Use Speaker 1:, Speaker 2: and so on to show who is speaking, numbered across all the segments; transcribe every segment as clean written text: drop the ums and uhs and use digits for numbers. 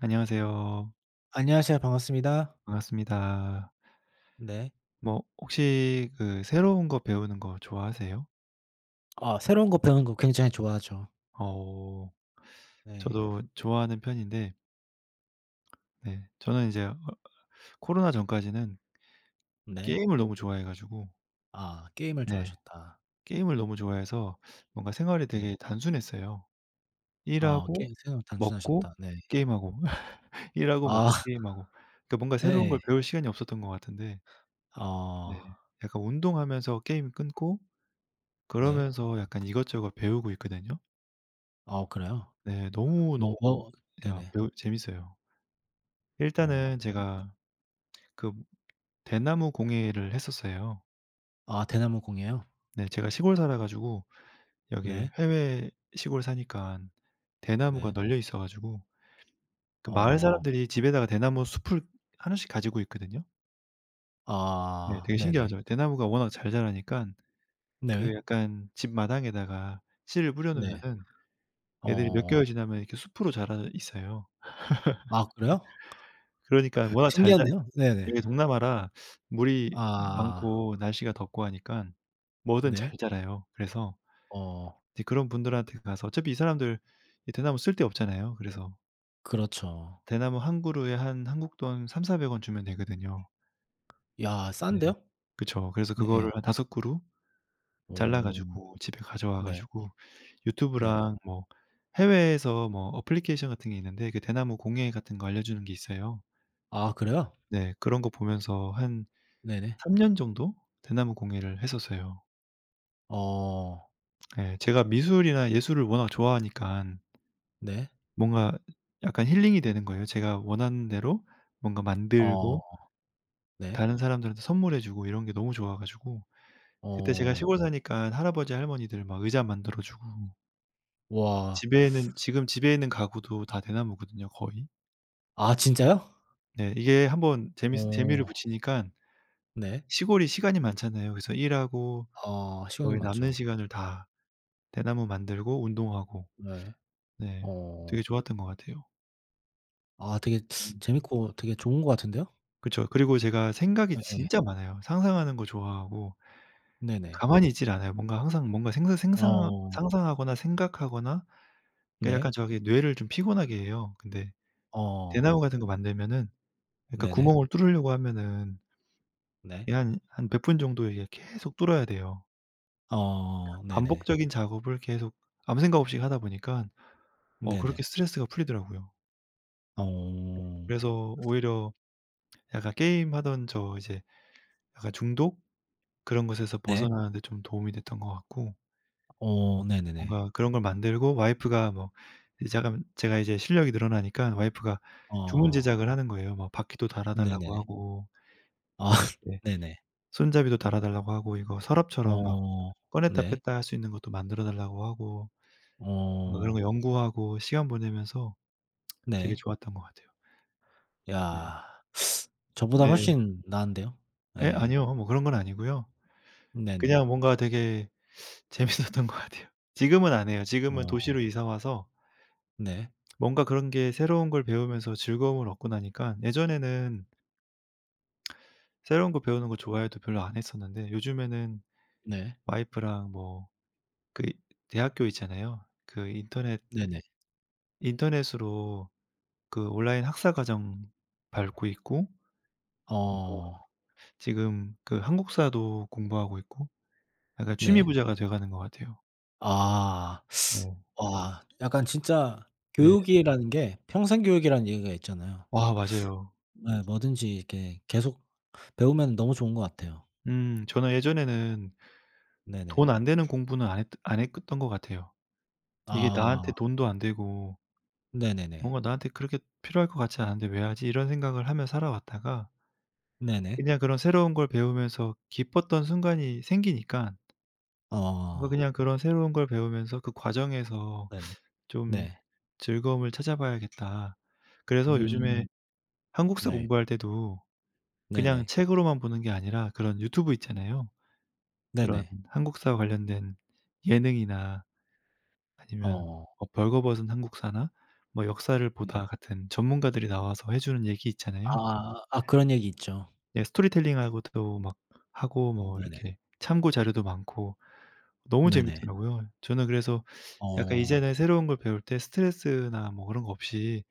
Speaker 1: 안녕하세요.
Speaker 2: 안녕하세요. 반갑습니다.
Speaker 1: 반갑습니다.
Speaker 2: 네.
Speaker 1: 뭐 혹시 그 새로운 거 배우는 거 좋아하세요?
Speaker 2: 아 새로운 거 배우는 거 굉장히 좋아하죠.
Speaker 1: 어
Speaker 2: 네.
Speaker 1: 저도 좋아하는 편인데 네 저는 이제 코로나 전까지는
Speaker 2: 네.
Speaker 1: 게임을 너무 좋아해 가지고
Speaker 2: 아 게임을
Speaker 1: 네
Speaker 2: 좋아하셨다.
Speaker 1: 게임을 너무 좋아해서 뭔가 생활이
Speaker 2: 네.
Speaker 1: 되게 단순했어요.
Speaker 2: 어
Speaker 1: 일하고
Speaker 2: 게임 생각
Speaker 1: 먹고
Speaker 2: 단순하셨다. 네.
Speaker 1: 게임하고 일하고
Speaker 2: 아
Speaker 1: 먹고 게임하고 그러니까 뭔가 새로운 걸
Speaker 2: 예
Speaker 1: 배울 시간이 없었던 것 같은데
Speaker 2: 어
Speaker 1: 네 약간 운동하면서 게임 끊고
Speaker 2: 네.
Speaker 1: 그러면서 약간 이것저것 배우고 있거든요.
Speaker 2: 어 그래요?
Speaker 1: 네.
Speaker 2: 뭐
Speaker 1: 너무너무
Speaker 2: 뭐
Speaker 1: 야
Speaker 2: 네네.
Speaker 1: 배우 재밌어요. 일단은
Speaker 2: 어
Speaker 1: 제가 그 대나무 공예를 했었어요.
Speaker 2: 아 대나무공이에요.
Speaker 1: 네. 제가 시골 살아 가지고 여기
Speaker 2: 네.
Speaker 1: 해외 시골 사니깐 대나무가
Speaker 2: 네.
Speaker 1: 널려 있어 가지고 그 마을
Speaker 2: 어
Speaker 1: 사람들이 집에다가 대나무 숲을 하나씩 가지고 있거든요. 네.
Speaker 2: 아
Speaker 1: 되게
Speaker 2: 네네.
Speaker 1: 신기하죠. 대나무가 워낙 잘 자라니깐 그
Speaker 2: 네.
Speaker 1: 약간 집 마당에다가 씨를 뿌려
Speaker 2: 네.
Speaker 1: 놓으면은 애들이 몇 개월
Speaker 2: 어
Speaker 1: 지나면 이렇게 숲으로 자라 있어요.
Speaker 2: 아 그래요?
Speaker 1: 그러니까 워낙 잘자
Speaker 2: 신기한데요? 네네.
Speaker 1: 예 동남아라 물이
Speaker 2: 아
Speaker 1: 많고 날씨가 덥고 하니깐 뭐든
Speaker 2: 네.
Speaker 1: 잘 자라요. 그래서
Speaker 2: 어
Speaker 1: 이제 그런 분들한테 가서 어차피 이 사람들 이 대나무 쓸데없잖아요. 그래서
Speaker 2: 그렇죠.
Speaker 1: 대나무 한 그루에 한 한국 돈3 사백 4 0 0원 주면 되거든요.
Speaker 2: 야
Speaker 1: 네.
Speaker 2: 싼데요?
Speaker 1: 그쵸. 그래서
Speaker 2: 네.
Speaker 1: 그거를 한섯 그루 잘라
Speaker 2: 어
Speaker 1: 가지고 집에 가져와
Speaker 2: 네.
Speaker 1: 가지고
Speaker 2: 네.
Speaker 1: 유튜브랑 뭐 해외에서 뭐 어플리케이션 같은 게 있는데 그 대나무 공예 같은 거 알려주는 게 있어요.
Speaker 2: 아 그래요?
Speaker 1: 네. 그런 거 보면서 한
Speaker 2: 네네.
Speaker 1: 3년 정도 대나무 공예를 했었어요.
Speaker 2: 어
Speaker 1: 예. 제가 미술이나 예술을 워낙 좋아하니까
Speaker 2: 네.
Speaker 1: 뭔가 약간 힐링이 되는 거예요. 제가 원하는 대로 뭔가 만들고
Speaker 2: 어 네.
Speaker 1: 다른 사람들한테 선물해 주고 이런 게 너무 좋아 가지고 그때 제가
Speaker 2: 어
Speaker 1: 시골 사니까 할아버지 할머니들 막 의자 만들어 주고
Speaker 2: 와.
Speaker 1: 집에는 지금 집에 있는 가구도 다 대나무거든요 거의.
Speaker 2: 아 진짜요?
Speaker 1: 네. 이게 한번 재미를 붙
Speaker 2: 어
Speaker 1: 이니까
Speaker 2: 네.
Speaker 1: 시골이 시간이 많잖아요. 그래서 일하고
Speaker 2: 아 시간이
Speaker 1: 거의 남는
Speaker 2: 많죠.
Speaker 1: 시간을 다 대나무 만들고 운동하고
Speaker 2: 네.
Speaker 1: 네
Speaker 2: 어
Speaker 1: 되게 좋았던 것 같아요.
Speaker 2: 아 되게
Speaker 1: 음.
Speaker 2: 재밌고 되게 좋은 것 같은데요?
Speaker 1: 그쵸. 그리고 제가 생각이
Speaker 2: 예예.
Speaker 1: 진짜 많아요. 상상하는 거 좋아하고
Speaker 2: 네네.
Speaker 1: 가만히 있질 않아요. 뭔가 항상 뭔가 생사 생상
Speaker 2: 어
Speaker 1: 상상하거나 생각하거나 그러니까
Speaker 2: 네.
Speaker 1: 약간 저기 뇌를 좀 피곤하게 해요. 근데 대나무
Speaker 2: 어
Speaker 1: 같은 거 만들면은 그러니까
Speaker 2: 네네.
Speaker 1: 구멍을 뚫으려고 하면은
Speaker 2: 네.
Speaker 1: 이 한 100분 정도 이게 계속 뚫어야 돼요.
Speaker 2: 어 네네.
Speaker 1: 반복적인 작업을 계속 아무 생각 없이 하다 보니까 어 그렇게
Speaker 2: 네네.
Speaker 1: 스트레스가 풀리더라고요.
Speaker 2: 어
Speaker 1: 그래서 오히려 약간 게임하던 저 이제 약간 중독 그런 것에서
Speaker 2: 네.
Speaker 1: 벗어나는 데 좀 도움이 됐던 것 같고
Speaker 2: 어 네네네.
Speaker 1: 뭔가 그런 걸 만들고 와이프가 뭐 이제 잠깐 제가 이제 실력이 늘어나니까 와이프가 주문
Speaker 2: 어
Speaker 1: 제작을 하는 거예요. 뭐 바퀴도 달아 달라고
Speaker 2: 네네네.
Speaker 1: 하고
Speaker 2: 아
Speaker 1: 뭐 이렇게
Speaker 2: 네네.
Speaker 1: 손잡이도 달아 달라고 하고 이거 서랍처럼 막
Speaker 2: 어
Speaker 1: 꺼냈다
Speaker 2: 네.
Speaker 1: 뺐다 할 수 있는 것도 만들어 달라고 하고 뭔가 그런
Speaker 2: 어
Speaker 1: 거 연구하고 시간 보내면서 되게
Speaker 2: 네.
Speaker 1: 좋았던 것 같아요. 네.
Speaker 2: 야. 저보다
Speaker 1: 네.
Speaker 2: 훨씬 나은데요.
Speaker 1: 예
Speaker 2: 예.
Speaker 1: 아니요. 뭐 그런 건 아니고요.
Speaker 2: 네네.
Speaker 1: 그냥 뭔가 되게 재밌었던 것 같아요. 지금은 안 해요. 지금은
Speaker 2: 어
Speaker 1: 도시로 이사 와서
Speaker 2: 네.
Speaker 1: 뭔가 그런 게 새로운 걸 배우면서 즐거움을 얻고 나니까 예전에는 새로운 거 배우는 거 좋아해도 별로 안 했었는데 요즘에는
Speaker 2: 네.
Speaker 1: 와이프랑 뭐 그 대학교 있잖아요. 그 인터넷
Speaker 2: 네네.
Speaker 1: 인터넷으로 그 온라인 학사 과정 밟고 있고 뭔가
Speaker 2: 어
Speaker 1: 지금 그 한국사도 공부하고 있고 약간 취미
Speaker 2: 네.
Speaker 1: 부자가 돼 가는 것 같아요.
Speaker 2: 아.
Speaker 1: 네.
Speaker 2: 와 약간 진짜
Speaker 1: 네.
Speaker 2: 교육이라는 게 평생 교육이라는 얘기가 있잖아요.
Speaker 1: 아 맞아요.
Speaker 2: 예 뭐든지 이렇게 계속 배우면 너무 좋은 것 같아요.
Speaker 1: 저는 예전에는
Speaker 2: 네네.
Speaker 1: 돈 안 되는 공부는 안 했던 것 같아요. 이게
Speaker 2: 아
Speaker 1: 나한테 돈도 안 되고
Speaker 2: 네네네.
Speaker 1: 뭔가 나한테 그렇게 필요할 것 같지 않은데 '왜 하지?' 이런 생각을 하며 살아왔다가
Speaker 2: 네네.
Speaker 1: 그냥 그런 새로운 걸 배우면서 기뻤던 순간이 생기니까 뭔가
Speaker 2: 어
Speaker 1: 그냥 그런 새로운 걸 배우면서 그 과정에서
Speaker 2: 네네.
Speaker 1: 좀
Speaker 2: 네.
Speaker 1: '즐거움을 찾아봐야겠다.' 그래서 요즘에
Speaker 2: 음
Speaker 1: 한국사
Speaker 2: 네.
Speaker 1: 공부할 때도 그냥
Speaker 2: 네네.
Speaker 1: 책으로만 보는 게 아니라 그런 유튜브 있잖아요. 그런
Speaker 2: 네네.
Speaker 1: 한국사와 관련된 예능이나 아니면
Speaker 2: 어.
Speaker 1: 뭐 벌거벗은 한국사나 뭐 역사를
Speaker 2: 네.
Speaker 1: 보다 같은 전문가들이 나와서 해 주는 얘기 있잖아요.
Speaker 2: 아 아 그런 얘기 있죠.
Speaker 1: 예 스토리텔링하고도 막 하고 뭐
Speaker 2: 네네.
Speaker 1: 이렇게 참고 자료도 많고 너무
Speaker 2: 네네.
Speaker 1: 재밌더라고요. 저는 그래서 약간
Speaker 2: 어
Speaker 1: 이제는 새로운 걸 배울 때 스트레스나 뭐 그런 거 없이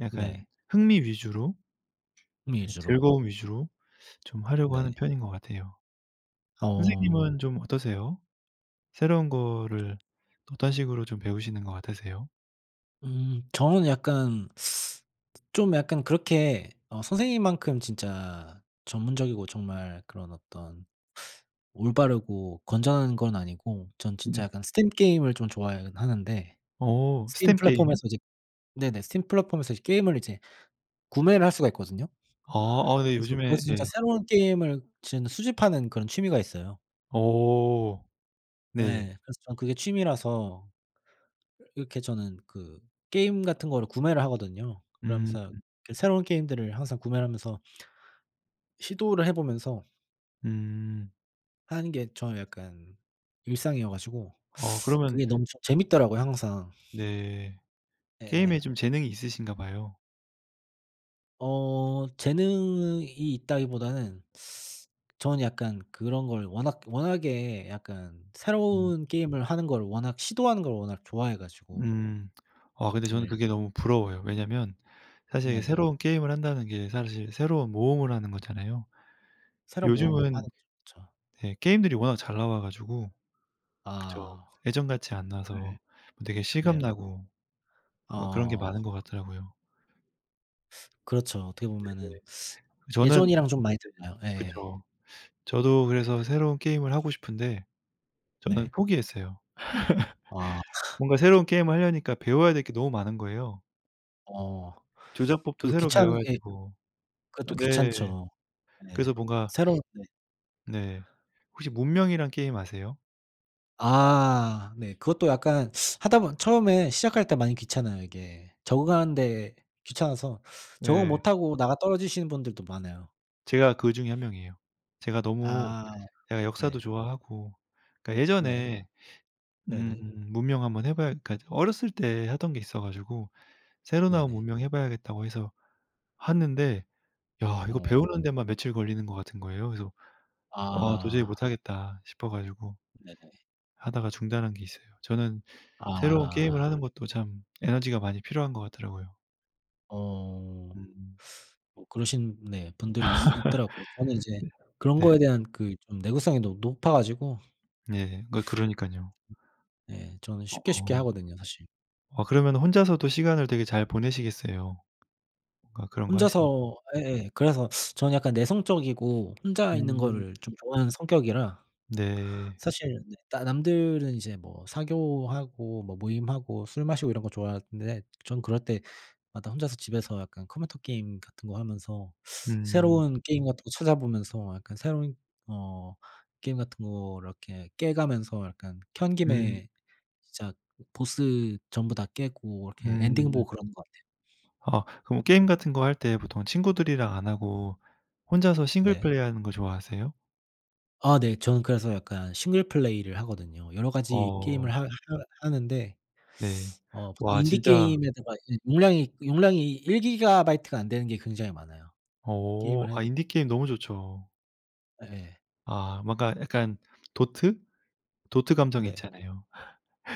Speaker 1: 약간
Speaker 2: 네.
Speaker 1: 흥미 위주로 네
Speaker 2: 위주로.
Speaker 1: 즐거움 위주로 좀 하려고
Speaker 2: 네.
Speaker 1: 하는 편인 것 같아요. 선생님은
Speaker 2: 어
Speaker 1: 좀 어떠세요? 새로운 거를 어떤 식으로 좀 배우시는 것 같으세요?
Speaker 2: 저는 약간 좀 약간 그렇게 어 선생님만큼 진짜 전문적이고 정말 그런 어떤 올바르고 건전한 건 아니고 전 진짜
Speaker 1: 네.
Speaker 2: 약간 스팀 게임을 좀 좋아하긴 하는데
Speaker 1: 어
Speaker 2: 스팀
Speaker 1: 스탬 게임이요?
Speaker 2: 플랫폼에서 이제 네네 스팀 플랫폼에서 이제 게임을 이제 구매를 할 수가 있거든요.
Speaker 1: 아 아 네
Speaker 2: 그래서 그것도
Speaker 1: 요즘에
Speaker 2: 진짜
Speaker 1: 예.
Speaker 2: 새로운 게임을 지금 수집하는 그런 취미가 있어요.
Speaker 1: 오, 네.
Speaker 2: 예. 그래서 저는 그게 취미라서 이렇게 저는 그 게임 같은 거를 구매를 하거든요.
Speaker 1: 음
Speaker 2: 그러면서 그 새로운 게임들을 항상 구매를 하면서 시도를 해 보면서
Speaker 1: 음.
Speaker 2: 하는 게 저의 약간 일상이어 가지고
Speaker 1: 어 그러면
Speaker 2: 그게 너무 좀 재밌더라고요 항상.
Speaker 1: 네. 게임에
Speaker 2: 예예.
Speaker 1: 좀 재능이 있으신가 봐요.
Speaker 2: 어 재능이 있다기보다는 저는 약간 그런 걸 워낙 워낙에 약간
Speaker 1: 음.
Speaker 2: 새로운 게임을 하는 걸 워낙 시도하는 걸 워낙 좋아해 가지고.
Speaker 1: 음. 아 근데 저는
Speaker 2: 예.
Speaker 1: 그게 너무 부러워요. 왜냐면 사실 이게
Speaker 2: 네네.
Speaker 1: 새로운 게임을 한다는 게 사실 새로운 모험을 하는 거잖아요.
Speaker 2: 새로 모험하는
Speaker 1: 요즘은
Speaker 2: 거죠. 그쵸.
Speaker 1: 예 게임들이 워낙 잘 나와 가지고 그쵸.
Speaker 2: 아
Speaker 1: 예전같이 안
Speaker 2: 네.
Speaker 1: 나서 되게
Speaker 2: 네.
Speaker 1: 실감나고 뭔가 그런 게
Speaker 2: 어
Speaker 1: 많은 것 같더라고요.
Speaker 2: 그렇죠. 어떻게
Speaker 1: 네.
Speaker 2: 보면은
Speaker 1: 저는
Speaker 2: 예전이랑 좀 많이
Speaker 1: 네.
Speaker 2: 달라요. 예예.
Speaker 1: 그쵸. 저도 그래서 새로운 게임을 하고 싶은데 저는
Speaker 2: 네.
Speaker 1: 포기했어요.
Speaker 2: 아
Speaker 1: 뭔가 새로운 게임을 하려니까 배워야 될 게 너무 많은 거예요.
Speaker 2: 어
Speaker 1: 조작법도
Speaker 2: 그 귀
Speaker 1: 새로
Speaker 2: 찮
Speaker 1: 배워야
Speaker 2: 예
Speaker 1: 되고 아
Speaker 2: 그것도
Speaker 1: 네.
Speaker 2: 귀찮죠. 네.
Speaker 1: 그래서 뭔가
Speaker 2: 새로운 네.
Speaker 1: 네. 혹시 문명이란 게임 아세요?
Speaker 2: 아 네. 그것도 약간 하다 보면 처음에 시작할 때 많이 귀찮아요 이게. 적응하는 데 귀찮아서 적응
Speaker 1: 네,
Speaker 2: 못하고 나가 떨어지시는 분들도 많아요.
Speaker 1: 제가 그중에 한 명이에요. 제가 너무
Speaker 2: 아
Speaker 1: 제가 역사도
Speaker 2: 네.
Speaker 1: 좋아하고 그러니까
Speaker 2: 네.
Speaker 1: 예전에 음
Speaker 2: 네네.
Speaker 1: 문명 한번 해 봐야 그러니까 어렸을 때 하던 게 있어 가지고 새로 나온
Speaker 2: 네네.
Speaker 1: 문명 해 봐야겠다고 해서 하는데 야 이거
Speaker 2: 어.
Speaker 1: 배우는 데만 며칠 걸리는 것 같은 거예요. 그래서 '아 도저히
Speaker 2: 아
Speaker 1: 못하겠다.' 싶어 가지고
Speaker 2: 네네.
Speaker 1: 하다가 중단한 게 있어요. 저는 새로운 게임을
Speaker 2: 아.
Speaker 1: 하는 것도 참 에너지가 많이 필요한 것 같더라고요.
Speaker 2: 어.
Speaker 1: 음.
Speaker 2: 뭐 그러신 네 분들이 있 있더라고요. 저는 이제
Speaker 1: 네.
Speaker 2: 그런
Speaker 1: 네.
Speaker 2: 거에 대한 그 좀 내구성이 너무 높아 가지고
Speaker 1: 예. 그러니깐요.
Speaker 2: 예 저는 쉽게 쉽게
Speaker 1: 어.
Speaker 2: 하거든요 사실.
Speaker 1: 아 그러면 혼자서도 시간을 되게 잘 보내시겠어요. 뭔가 그런 거 하시면.
Speaker 2: 혼자서 예예 그래서 저는 약간 내성적이고 혼자 있는
Speaker 1: 음
Speaker 2: 거를 좀 좋아하는 성격이라
Speaker 1: 네.
Speaker 2: 사실 네 나 남들은 이제 뭐 사교하고 뭐 모임하고 술 마시고 이런 거 좋아하는데 전 그럴 때 마다 혼자서 집에서 약간 컴퓨터 게임 같은 거 하면서
Speaker 1: 음.
Speaker 2: 새로운 게임 같은 거 찾아보면서 약간 새로운 어 게임 같은 거 이렇게 깨가면서 약간 켠
Speaker 1: 음.
Speaker 2: 김에 진짜 보스 전부 다 깨고 이렇게 엔딩 보고
Speaker 1: 음.
Speaker 2: 그러는 것 같아요.
Speaker 1: 아 그럼 뭐 게임 같은 거 할 때 보통 친구들이랑 안 하고 혼자서 싱글
Speaker 2: 네.
Speaker 1: 플레이하는 거 좋아하세요?
Speaker 2: 아 네. 저는 그래서 약간 싱글 플레이를 하거든요. 여러 가지
Speaker 1: 어
Speaker 2: 게임을 하 하는데
Speaker 1: 네.
Speaker 2: 어 보통
Speaker 1: 와
Speaker 2: 인디
Speaker 1: 진짜
Speaker 2: 게임에다가 이 용량이 1 기가바이트가 안 되는 게 굉장히 많아요.
Speaker 1: 어
Speaker 2: 게임을
Speaker 1: 아
Speaker 2: 해도
Speaker 1: 인디 게임 너무 좋죠.
Speaker 2: 예예.
Speaker 1: 아 뭔가 약간 도트? 도트 감성
Speaker 2: 네.
Speaker 1: 있잖아요.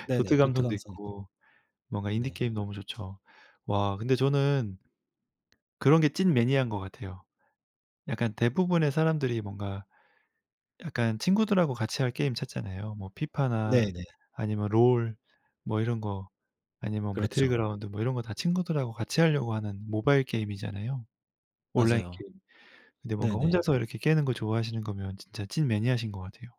Speaker 2: 네네.
Speaker 1: 도트
Speaker 2: 도트
Speaker 1: 감성도
Speaker 2: 감성 있죠.
Speaker 1: 있고 뭔가 인디
Speaker 2: 네.
Speaker 1: 게임 너무 좋죠. 와 근데 저는 그런 게 찐 매니아인 것 같아요. 약간 대부분의 사람들이 뭔가 약간 친구들하고 같이 할 게임 찾잖아요. 뭐 피파나
Speaker 2: 네네.
Speaker 1: 아니면 롤 뭐 이런 거 아니면
Speaker 2: 그렇죠.
Speaker 1: 배틀그라운드 뭐 이런 거 다 친구들하고 같이 하려고 하는 모바일 게임이잖아요. 온라인
Speaker 2: 맞아요.
Speaker 1: 게임. 근데 뭔가
Speaker 2: 네네.
Speaker 1: 혼자서 이렇게 깨는 거 좋아하시는 거면 진짜 찐 매니아신 것 같아요.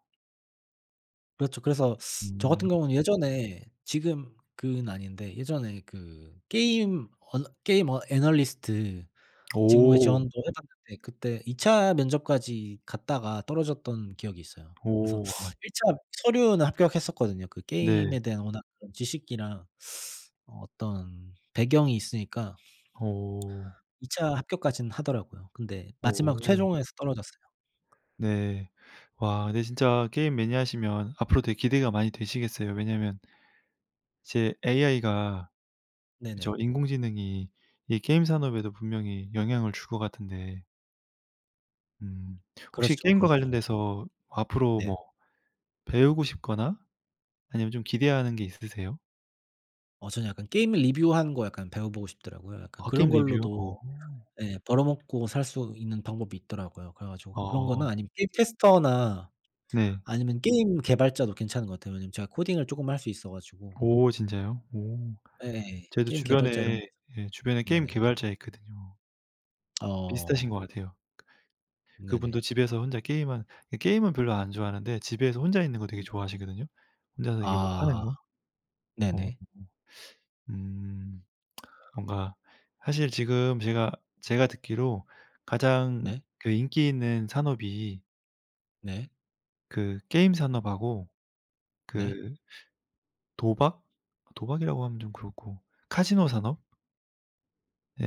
Speaker 2: 그렇죠. 그래서 저 같은
Speaker 1: 음.
Speaker 2: 경우는 예전에 지금 그는 아닌데 예전에 그 게임 언 게임 어 애널리스트 직무에
Speaker 1: 오.
Speaker 2: 지원도 해 봤는데 그때 2차 면접까지 갔다가 떨어졌던 기억이 있어요. 그래서
Speaker 1: 오. 와
Speaker 2: 1 차 서류는 합격했었거든요. 그
Speaker 1: 네.
Speaker 2: 게임에 대한 워낙 그런 지식이랑 어떤 배경이 있으니까
Speaker 1: 오.
Speaker 2: 2차 합격까지는 하더라고요. 근데 마지막
Speaker 1: 오.
Speaker 2: 최종에서 떨어졌어요.
Speaker 1: 네. 와 근데 진짜 게임 매니아시면 앞으로 되게 기대가 많이 되시겠어요. 왜냐면 이제 AI가 그
Speaker 2: 네네.
Speaker 1: 죠 인공지능이 이 게임 산업에도 분명히 영향을 줄 것 같은데 음 혹시
Speaker 2: 그렇죠,
Speaker 1: 게임과
Speaker 2: 그렇죠.
Speaker 1: 관련돼서 앞으로
Speaker 2: 네.
Speaker 1: 뭐 배우고 싶거나 아니면 좀 기대하는 게 있으세요?
Speaker 2: 어 저는 약간 게임 리뷰하는 거 약간 배워 보고 싶더라고요. 약간
Speaker 1: 아
Speaker 2: 그런
Speaker 1: 게임 리뷰요?
Speaker 2: 걸로도
Speaker 1: 어.
Speaker 2: 예 벌어먹고 살 수 있는 방법이 있더라고요. 그래 가지고 그런
Speaker 1: 어
Speaker 2: 거나 아니면 게임 테스터나
Speaker 1: 네.
Speaker 2: 아니면 게임 개발자도 괜찮은 것 같아요. 왜냐면 제가 코딩을 쪼끔 할 수 있어 가지고.
Speaker 1: 오 진짜요? 오.
Speaker 2: 예예.
Speaker 1: 저도
Speaker 2: 게임 개발자 이런
Speaker 1: 주변에 예 주변에 게임
Speaker 2: 네네.
Speaker 1: 개발자 있거든요. 비슷하신
Speaker 2: 어
Speaker 1: 것 같아요.
Speaker 2: 네네.
Speaker 1: 그분도 집에서 혼자 게임한 그 게임은 별로 안 좋아하는데 집에서 혼자 있는 거 되게 좋아하시거든요. 혼자서 이게 뭐 하는
Speaker 2: 아
Speaker 1: 거. 어.
Speaker 2: 네네.
Speaker 1: 음. 뭔가 사실 지금 제가 제가 듣기로 가장
Speaker 2: 네.
Speaker 1: 그 인기 있는 산업이
Speaker 2: 네.
Speaker 1: 그 게임 산업하고
Speaker 2: 네.
Speaker 1: 그 도박? 도박이라고 하면 좀 그렇고 카지노 산업?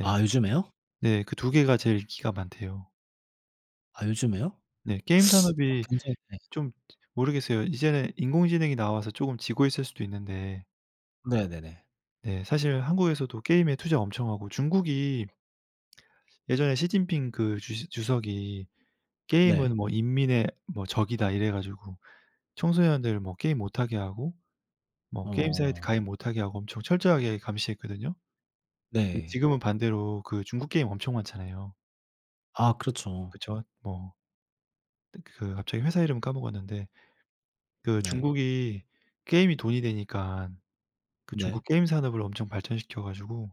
Speaker 2: 아 요즘에요?
Speaker 1: 네 그 두 개가 제일 인기가 많대요.
Speaker 2: 아 요즘에요?
Speaker 1: 네 게임
Speaker 2: 아
Speaker 1: 산업이
Speaker 2: 굉장히 네.
Speaker 1: 좀 모르겠어요. 이제는 인공지능이 나와서 쪼금 지고 있을 수도 있는데
Speaker 2: 네네네.
Speaker 1: 네 사실 한국에서도 게임에 투자 엄청 하고 중국이 예전에 시진핑 그 주시 주석이
Speaker 2: 네.
Speaker 1: "게임은 뭐 인민의 뭐 적이다." 이래 가지고 청소년들 뭐 게임 못하게 하고 뭐 게임 사이트
Speaker 2: 어
Speaker 1: 가입 못하게 하고 엄청 철저하게 감시했거든요. 근데
Speaker 2: 네.
Speaker 1: 지금은 반대로 그 중국 게임 엄청 많잖아요.
Speaker 2: 아 그렇죠.
Speaker 1: 그쵸? 뭐 그 갑자기 회사 이름 까먹었는데 그
Speaker 2: 네.
Speaker 1: 중국이 게임이 돈이 되니깐 그
Speaker 2: 네.
Speaker 1: 중국 게임 산업을 엄청 발전시켜 가지고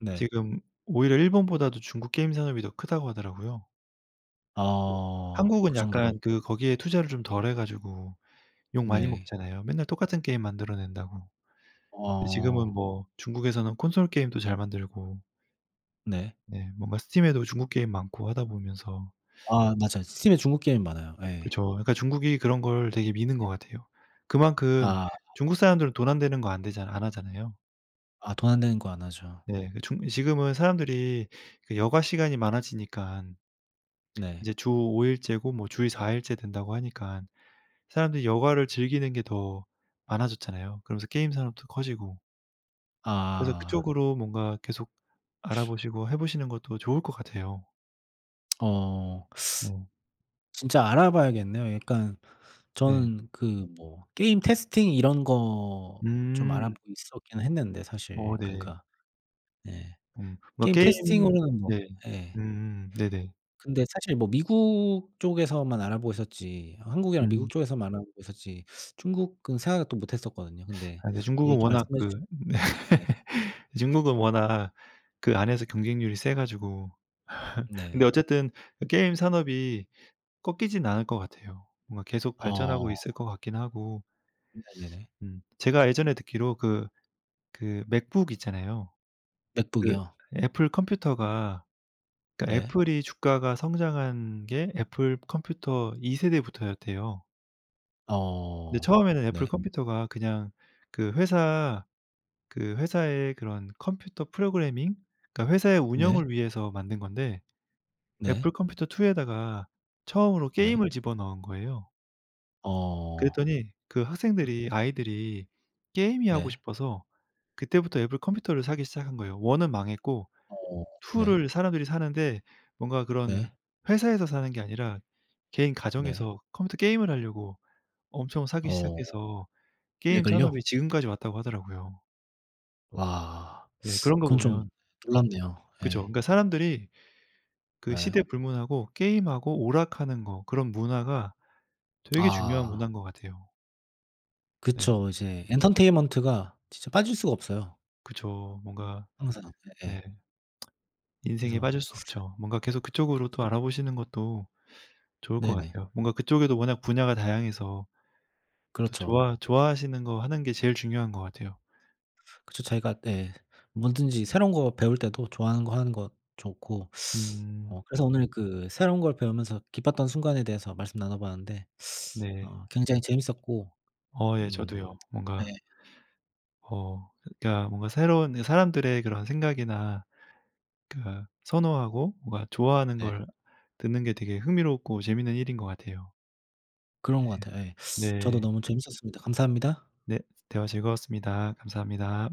Speaker 2: 네.
Speaker 1: 지금 오히려 일본보다도 중국 게임 산업이 더 크다고 하더라고요. 네.
Speaker 2: 아
Speaker 1: 한국은
Speaker 2: 그 정도로.
Speaker 1: 약간 그 거기에 투자를 좀 덜 해 가지고 욕 많이
Speaker 2: 네.
Speaker 1: 먹잖아요. 맨날 똑같은 게임 만들어 낸다고. 근데 지금은
Speaker 2: 어
Speaker 1: 뭐 중국에서는 콘솔 게임도 잘 만들고
Speaker 2: 네.
Speaker 1: 네 뭔가 스팀에도 중국 게임 많고 하다 보면서
Speaker 2: 아 맞아요. 스팀에 중국 게임 많아요. 예.
Speaker 1: 그죠. 그러니까 중국이 그런 걸 되게 미는 것 같아요. 그만큼
Speaker 2: 아
Speaker 1: 중국 사람들은 돈 안 되는 거 안 되잖아 안 하잖아요.
Speaker 2: 아 돈 안 되는 거 안 하죠.
Speaker 1: 네. 그 중 지금은 사람들이 그 여가 시간이 많아지니깐
Speaker 2: 네.
Speaker 1: 인제 주 5 일째고 뭐 주일 4 일째 된다고 하니깐 사람들이 여가를 즐기는 게 더 많아졌잖아요. 그러면서 게임 산업도 커지고. 그래서
Speaker 2: 아.
Speaker 1: 그쪽으로 뭔가 계속 알아보시고 해 보시는 것도 좋을 것 같아요.
Speaker 2: 어
Speaker 1: 네.
Speaker 2: 진짜 알아봐야겠네요. 약간
Speaker 1: 네.
Speaker 2: 저는 그 뭐 게임 테스팅 이런 거 좀
Speaker 1: 음.
Speaker 2: 알아보고 있었긴 했는데
Speaker 1: 어
Speaker 2: 사실
Speaker 1: 네.
Speaker 2: 그러니까 예.
Speaker 1: 음. 뭔가
Speaker 2: 게임
Speaker 1: 게임
Speaker 2: 테스팅으로는 뭐
Speaker 1: 네.
Speaker 2: 예.
Speaker 1: 네네.
Speaker 2: 근데 사실 뭐 미국 쪽에서만 알아보고 있었지 한국이랑 미국
Speaker 1: 음.
Speaker 2: 쪽에서만 알아보고 있었지 중국은 생각도 못 했었거든요. 근데
Speaker 1: 아 네 중국은
Speaker 2: 얘기
Speaker 1: 워낙
Speaker 2: 말씀해 주신
Speaker 1: 그
Speaker 2: 네네.
Speaker 1: 중국은 워낙 그 안에서 경쟁률이 세 가지고 근데
Speaker 2: 네.
Speaker 1: 어쨌든 그 게임 산업이 꺾이진 않을 것 같아요. 뭔가 계속 발전하고
Speaker 2: 어
Speaker 1: 있을 것 같긴 하고.
Speaker 2: 네네네.
Speaker 1: 음. 제가 예전에 듣기로 그 그 맥북 있잖아요. 그
Speaker 2: 맥북이요?
Speaker 1: 애플 컴퓨터가 그러니까
Speaker 2: 네.
Speaker 1: 애플이 주가가 성장한 게 애플 컴퓨터 2 세대부터였대요. 근데
Speaker 2: 어
Speaker 1: 처음에는 애플
Speaker 2: 네.
Speaker 1: 컴퓨터가 그냥 그 회사 그 회사의 그런 컴퓨터 프로그래밍 그러니까 회사의
Speaker 2: 네.
Speaker 1: 운영을 위해서 만든 건데
Speaker 2: 네.
Speaker 1: 애플 컴퓨터 2에다가 처음으로
Speaker 2: 네.
Speaker 1: 게임을 집어넣은 거예요.
Speaker 2: 어.
Speaker 1: 그랬더니 그
Speaker 2: 어
Speaker 1: 학생들이 아이들이 게임이 하고
Speaker 2: 네.
Speaker 1: 싶어서 그때부터 애플 컴퓨터를 사기 시작한 거예요. 1은 망했고
Speaker 2: 어
Speaker 1: 2
Speaker 2: 네.
Speaker 1: 를 사람들이 사는데 뭔가 그런
Speaker 2: 네.
Speaker 1: 회사에서 사는 게 아니라 개인
Speaker 2: 네.
Speaker 1: 가정에서 컴퓨터 게임을 하려고 엄청 사기
Speaker 2: 어
Speaker 1: 시작해서 게임
Speaker 2: 맥을요?
Speaker 1: 산업이 지금까지 왔다고 하더라고요.
Speaker 2: 와.
Speaker 1: 네 그런 거
Speaker 2: 그건 좀
Speaker 1: 보면
Speaker 2: 놀랍네요.
Speaker 1: 그죠.
Speaker 2: 예.
Speaker 1: 그러니까 사람들이 그
Speaker 2: 예.
Speaker 1: 시대 불문하고 게임하고 오락하는 거 그런 문화가 되게 중요한
Speaker 2: 아.
Speaker 1: 문화인 것 같아요. 네.
Speaker 2: 그쵸. 이제 엔터테인먼트가 진짜 빠질 수가 없어요,
Speaker 1: 그쵸. 뭔가
Speaker 2: 항상.
Speaker 1: 네
Speaker 2: 예예.
Speaker 1: 인생에
Speaker 2: 그래서
Speaker 1: 빠질 수 없죠. 뭔가 계속 그쪽으로
Speaker 2: 그렇죠
Speaker 1: 또
Speaker 2: 이제.
Speaker 1: 알아보시는 것도 좋을 것
Speaker 2: 네네.
Speaker 1: 같아요. 뭔가 그쪽에도 워낙 분야가 다양해서 또
Speaker 2: 그렇죠.
Speaker 1: 좋아하시는 거 하는 게 제일 중요한 것 같아요.
Speaker 2: 그쵸. 자기가 예 뭐든지 새로운 거 배울 때도 좋아하는 거 하는 거 좋고
Speaker 1: 음
Speaker 2: 어 그래서 오늘 그 새로운 걸 배우면서 기뻤던 순간에 대해서 말씀 나눠 봤는데
Speaker 1: 네.
Speaker 2: 어 굉장히 재밌었고
Speaker 1: 어 예
Speaker 2: 음
Speaker 1: 저도요. 뭔가
Speaker 2: 예
Speaker 1: 어 그러니까 뭔가 새로운 사람들의 그런 생각이나 그러니까 선호하고 뭔가 좋아하는
Speaker 2: 네
Speaker 1: 걸 듣는 게 되게 흥미롭고 재밌는 일인 것 같아요.
Speaker 2: 그런
Speaker 1: 네.
Speaker 2: 것 같아요. 예. 저도
Speaker 1: 네.
Speaker 2: 너무 재밌었습니다. 감사합니다.
Speaker 1: 네. 대화 즐거웠습니다. 감사합니다.